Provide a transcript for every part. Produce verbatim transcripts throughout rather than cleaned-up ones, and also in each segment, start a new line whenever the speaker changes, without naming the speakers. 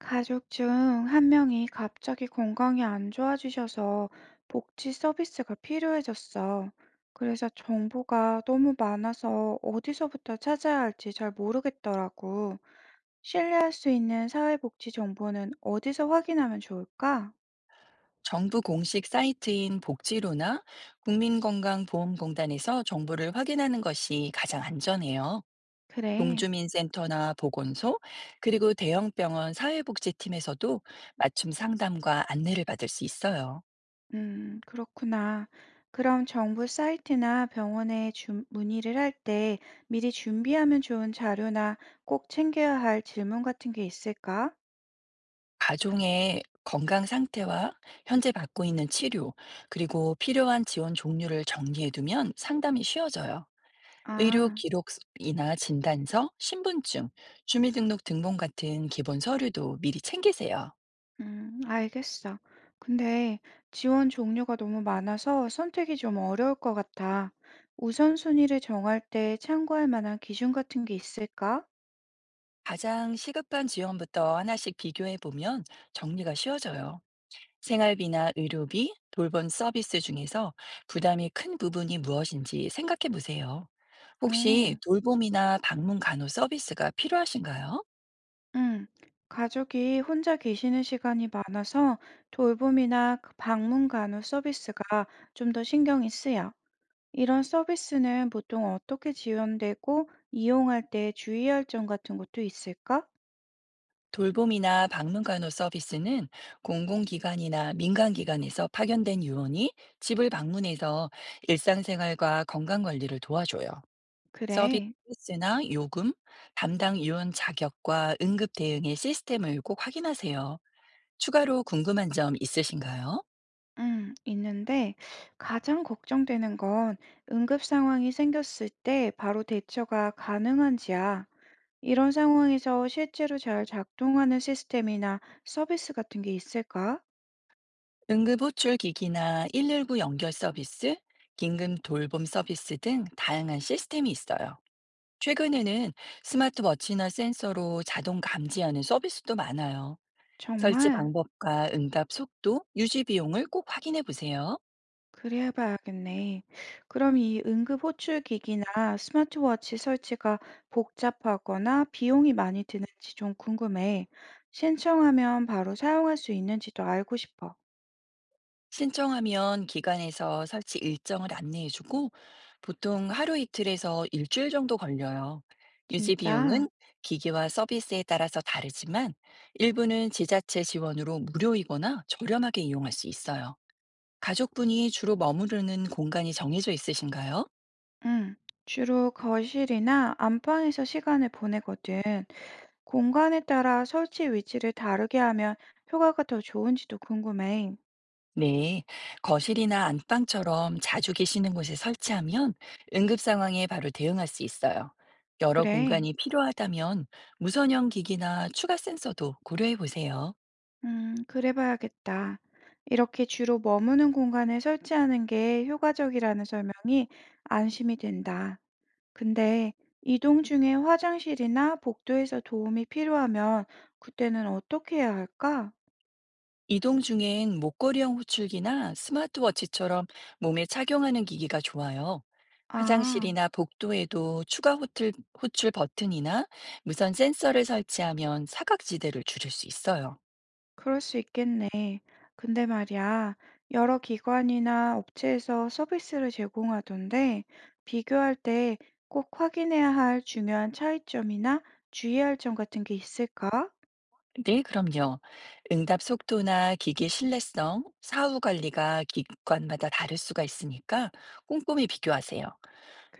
가족 중 한 명이 갑자기 건강이 안 좋아지셔서 복지 서비스가 필요해졌어. 그래서 정보가 너무 많아서 어디서부터 찾아야 할지 잘 모르겠더라고. 신뢰할 수 있는 사회복지 정보는 어디서 확인하면 좋을까?
정부 공식 사이트인 복지로나 국민건강보험공단에서 정보를 확인하는 것이 가장 안전해요.
그래.
동주민센터나 보건소, 그리고 대형병원 사회복지팀에서도 맞춤 상담과 안내를 받을 수 있어요.
음, 그렇구나. 그럼 정부 사이트나 병원에 주- 문의를 할 때 미리 준비하면 좋은 자료나 꼭 챙겨야 할 질문 같은 게 있을까?
가족의 건강 상태와 현재 받고 있는 치료, 그리고 필요한 지원 종류를 정리해두면 상담이 쉬워져요. 의료
아.
기록이나 진단서, 신분증, 주민등록 등본 같은 기본 서류도 미리 챙기세요.
음, 알겠어. 근데 지원 종류가 너무 많아서 선택이 좀 어려울 것 같아. 우선순위를 정할 때 참고할 만한 기준 같은 게 있을까?
가장 시급한 지원부터 하나씩 비교해 보면 정리가 쉬워져요. 생활비나 의료비, 돌봄 서비스 중에서 부담이 큰 부분이 무엇인지 생각해 보세요. 혹시
어,
돌봄이나 방문 간호 서비스가 필요하신가요?
응. 가족이 혼자 계시는 시간이 많아서 돌봄이나 그 방문 간호 서비스가 좀 더 신경이 쓰여. 이런 서비스는 보통 어떻게 지원되고 이용할 때 주의할 점 같은 것도 있을까?
돌봄이나 방문간호 서비스는 공공기관이나 민간기관에서 파견된 요원이 집을 방문해서 일상생활과 건강관리를 도와줘요.
그래.
서비스나 요금, 담당 요원 자격과 응급 대응의 시스템을 꼭 확인하세요. 추가로 궁금한 점 있으신가요?
음, 있는데 가장 걱정되는 건 응급 상황이 생겼을 때 바로 대처가 가능한지야. 이런 상황에서 실제로 잘 작동하는 시스템이나 서비스 같은 게 있을까?
응급호출기기나 일일구 연결 서비스, 긴급 돌봄 서비스 등 다양한 시스템이 있어요. 최근에는 스마트워치나 센서로 자동 감지하는 서비스도 많아요. 설치
정말?
방법과 응답 속도, 유지 비용을 꼭 확인해 보세요.
그래 봐야겠네. 그럼 이 응급 호출 기기나 스마트워치 설치가 복잡하거나 비용이 많이 드는지 좀 궁금해. 신청하면 바로 사용할 수 있는지도 알고 싶어.
신청하면 기관에서 설치 일정을 안내해주고 보통 하루 이틀에서 일주일 정도 걸려요. 유지
진짜?
비용은 기기와 서비스에 따라서 다르지만 일부는 지자체 지원으로 무료이거나 저렴하게 이용할 수 있어요. 가족분이 주로 머무르는 공간이 정해져 있으신가요?
응, 주로 거실이나 안방에서 시간을 보내거든. 공간에 따라 설치 위치를 다르게 하면 효과가 더 좋은지도 궁금해.
네, 거실이나 안방처럼 자주 계시는 곳에 설치하면 응급 상황에 바로 대응할 수 있어요. 여러
그래,
공간이 필요하다면 무선형 기기나 추가 센서도 고려해 보세요.
음, 그래 봐야겠다. 이렇게 주로 머무는 공간에 설치하는 게 효과적이라는 설명이 안심이 된다. 근데 이동 중에 화장실이나 복도에서 도움이 필요하면 그때는 어떻게 해야 할까?
이동 중엔 목걸이형 호출기나 스마트워치처럼 몸에 착용하는 기기가 좋아요.
아.
화장실이나 복도에도 추가 호출, 호출 버튼이나 무선 센서를 설치하면 사각지대를 줄일 수 있어요.
그럴 수 있겠네. 근데 말이야, 여러 기관이나 업체에서 서비스를 제공하던데, 비교할 때 꼭 확인해야 할 중요한 차이점이나 주의할 점 같은 게 있을까?
네, 그럼요. 응답 속도나 기기 신뢰성, 사후 관리가 기관마다 다를 수가 있으니까 꼼꼼히 비교하세요.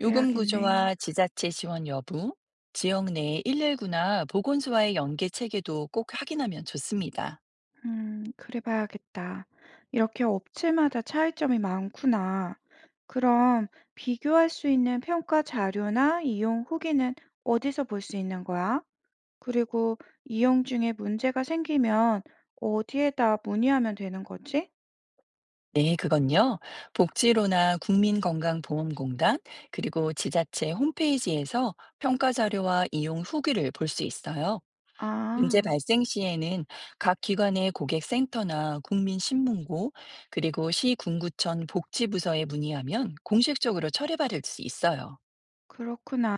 요금 구조와 지자체 지원 여부, 지역 내 일일구나 보건소와의 연계 체계도 꼭 확인하면 좋습니다.
음, 그래 봐야겠다. 이렇게 업체마다 차이점이 많구나. 그럼 비교할 수 있는 평가 자료나 이용 후기는 어디서 볼 수 있는 거야? 그리고 이용 중에 문제가 생기면 어디에다 문의하면 되는 거지?
네, 그건요. 복지로나 국민건강보험공단, 그리고 지자체 홈페이지에서 평가 자료와 이용 후기를 볼 수 있어요. 문제
아,
발생 시에는 각 기관의 고객센터나 국민신문고, 그리고 시군구청 복지부서에 문의하면 공식적으로 처리받을 수 있어요.
그렇구나.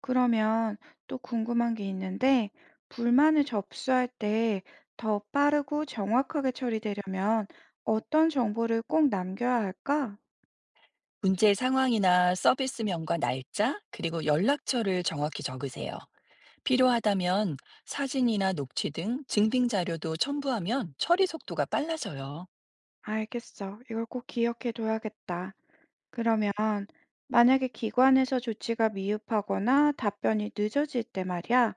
그러면 또 궁금한 게 있는데, 불만을 접수할 때 더 빠르고 정확하게 처리되려면 어떤 정보를 꼭 남겨야 할까?
문제 상황이나 서비스명과 날짜, 그리고 연락처를 정확히 적으세요. 필요하다면 사진이나 녹취 등 증빙 자료도 첨부하면 처리 속도가 빨라져요.
알겠어. 이걸 꼭 기억해 둬야겠다. 그러면 만약에 기관에서 조치가 미흡하거나 답변이 늦어질 때 말이야,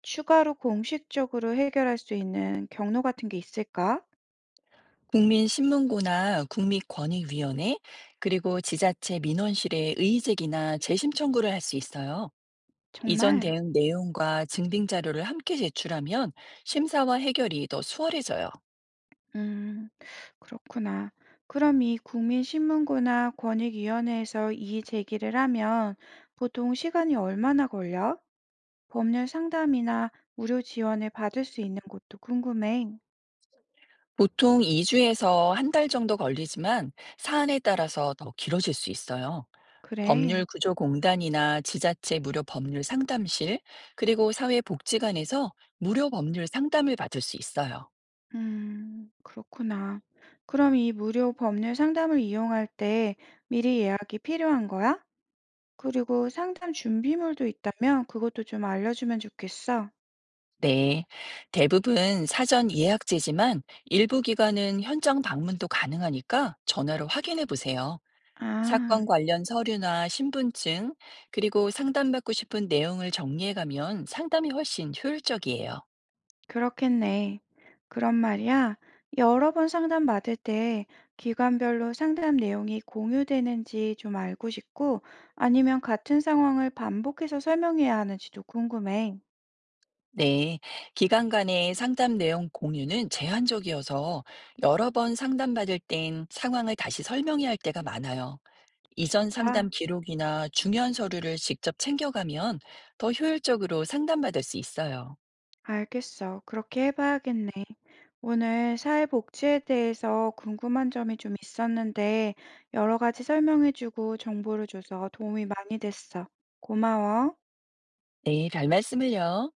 추가로 공식적으로 해결할 수 있는 경로 같은 게 있을까?
국민신문고나 국민권익위원회, 그리고 지자체 민원실에 의제기나 재심 청구를 할 수 있어요. 이전
정말?
대응 내용과 증빙 자료를 함께 제출하면 심사와 해결이 더 수월해져요.
음, 그렇구나. 그럼 이 국민신문고나 권익위원회에서 이의 제기를 하면 보통 시간이 얼마나 걸려? 법률 상담이나 무료 지원을 받을 수 있는 곳도 궁금해.
보통 이 주에서 한 달 정도 걸리지만 사안에 따라서 더 길어질 수 있어요.
그래.
법률구조공단이나 지자체 무료 법률 상담실, 그리고 사회복지관에서 무료 법률 상담을 받을 수 있어요.
음, 그렇구나. 그럼 이 무료 법률 상담을 이용할 때 미리 예약이 필요한 거야? 그리고 상담 준비물도 있다면 그것도 좀 알려주면 좋겠어.
네. 대부분 사전 예약제지만 일부 기관은 현장 방문도 가능하니까 전화로 확인해 보세요. 사건
아,
관련 서류나 신분증, 그리고 상담받고 싶은 내용을 정리해가면 상담이 훨씬 효율적이에요.
그렇겠네. 그런 말이야. 여러 번 상담 받을 때 기관별로 상담 내용이 공유되는지 좀 알고 싶고 아니면 같은 상황을 반복해서 설명해야 하는지도 궁금해.
네. 기관 간의 상담 내용 공유는 제한적이어서 여러 번 상담받을 땐 상황을 다시 설명해야 할 때가 많아요. 이전
진짜?
상담 기록이나 중요한 서류를 직접 챙겨가면 더 효율적으로 상담받을 수 있어요.
알겠어. 그렇게 해봐야겠네. 오늘 사회복지에 대해서 궁금한 점이 좀 있었는데, 여러 가지 설명해주고 정보를 줘서 도움이 많이 됐어. 고마워.
네, 별 말씀을요.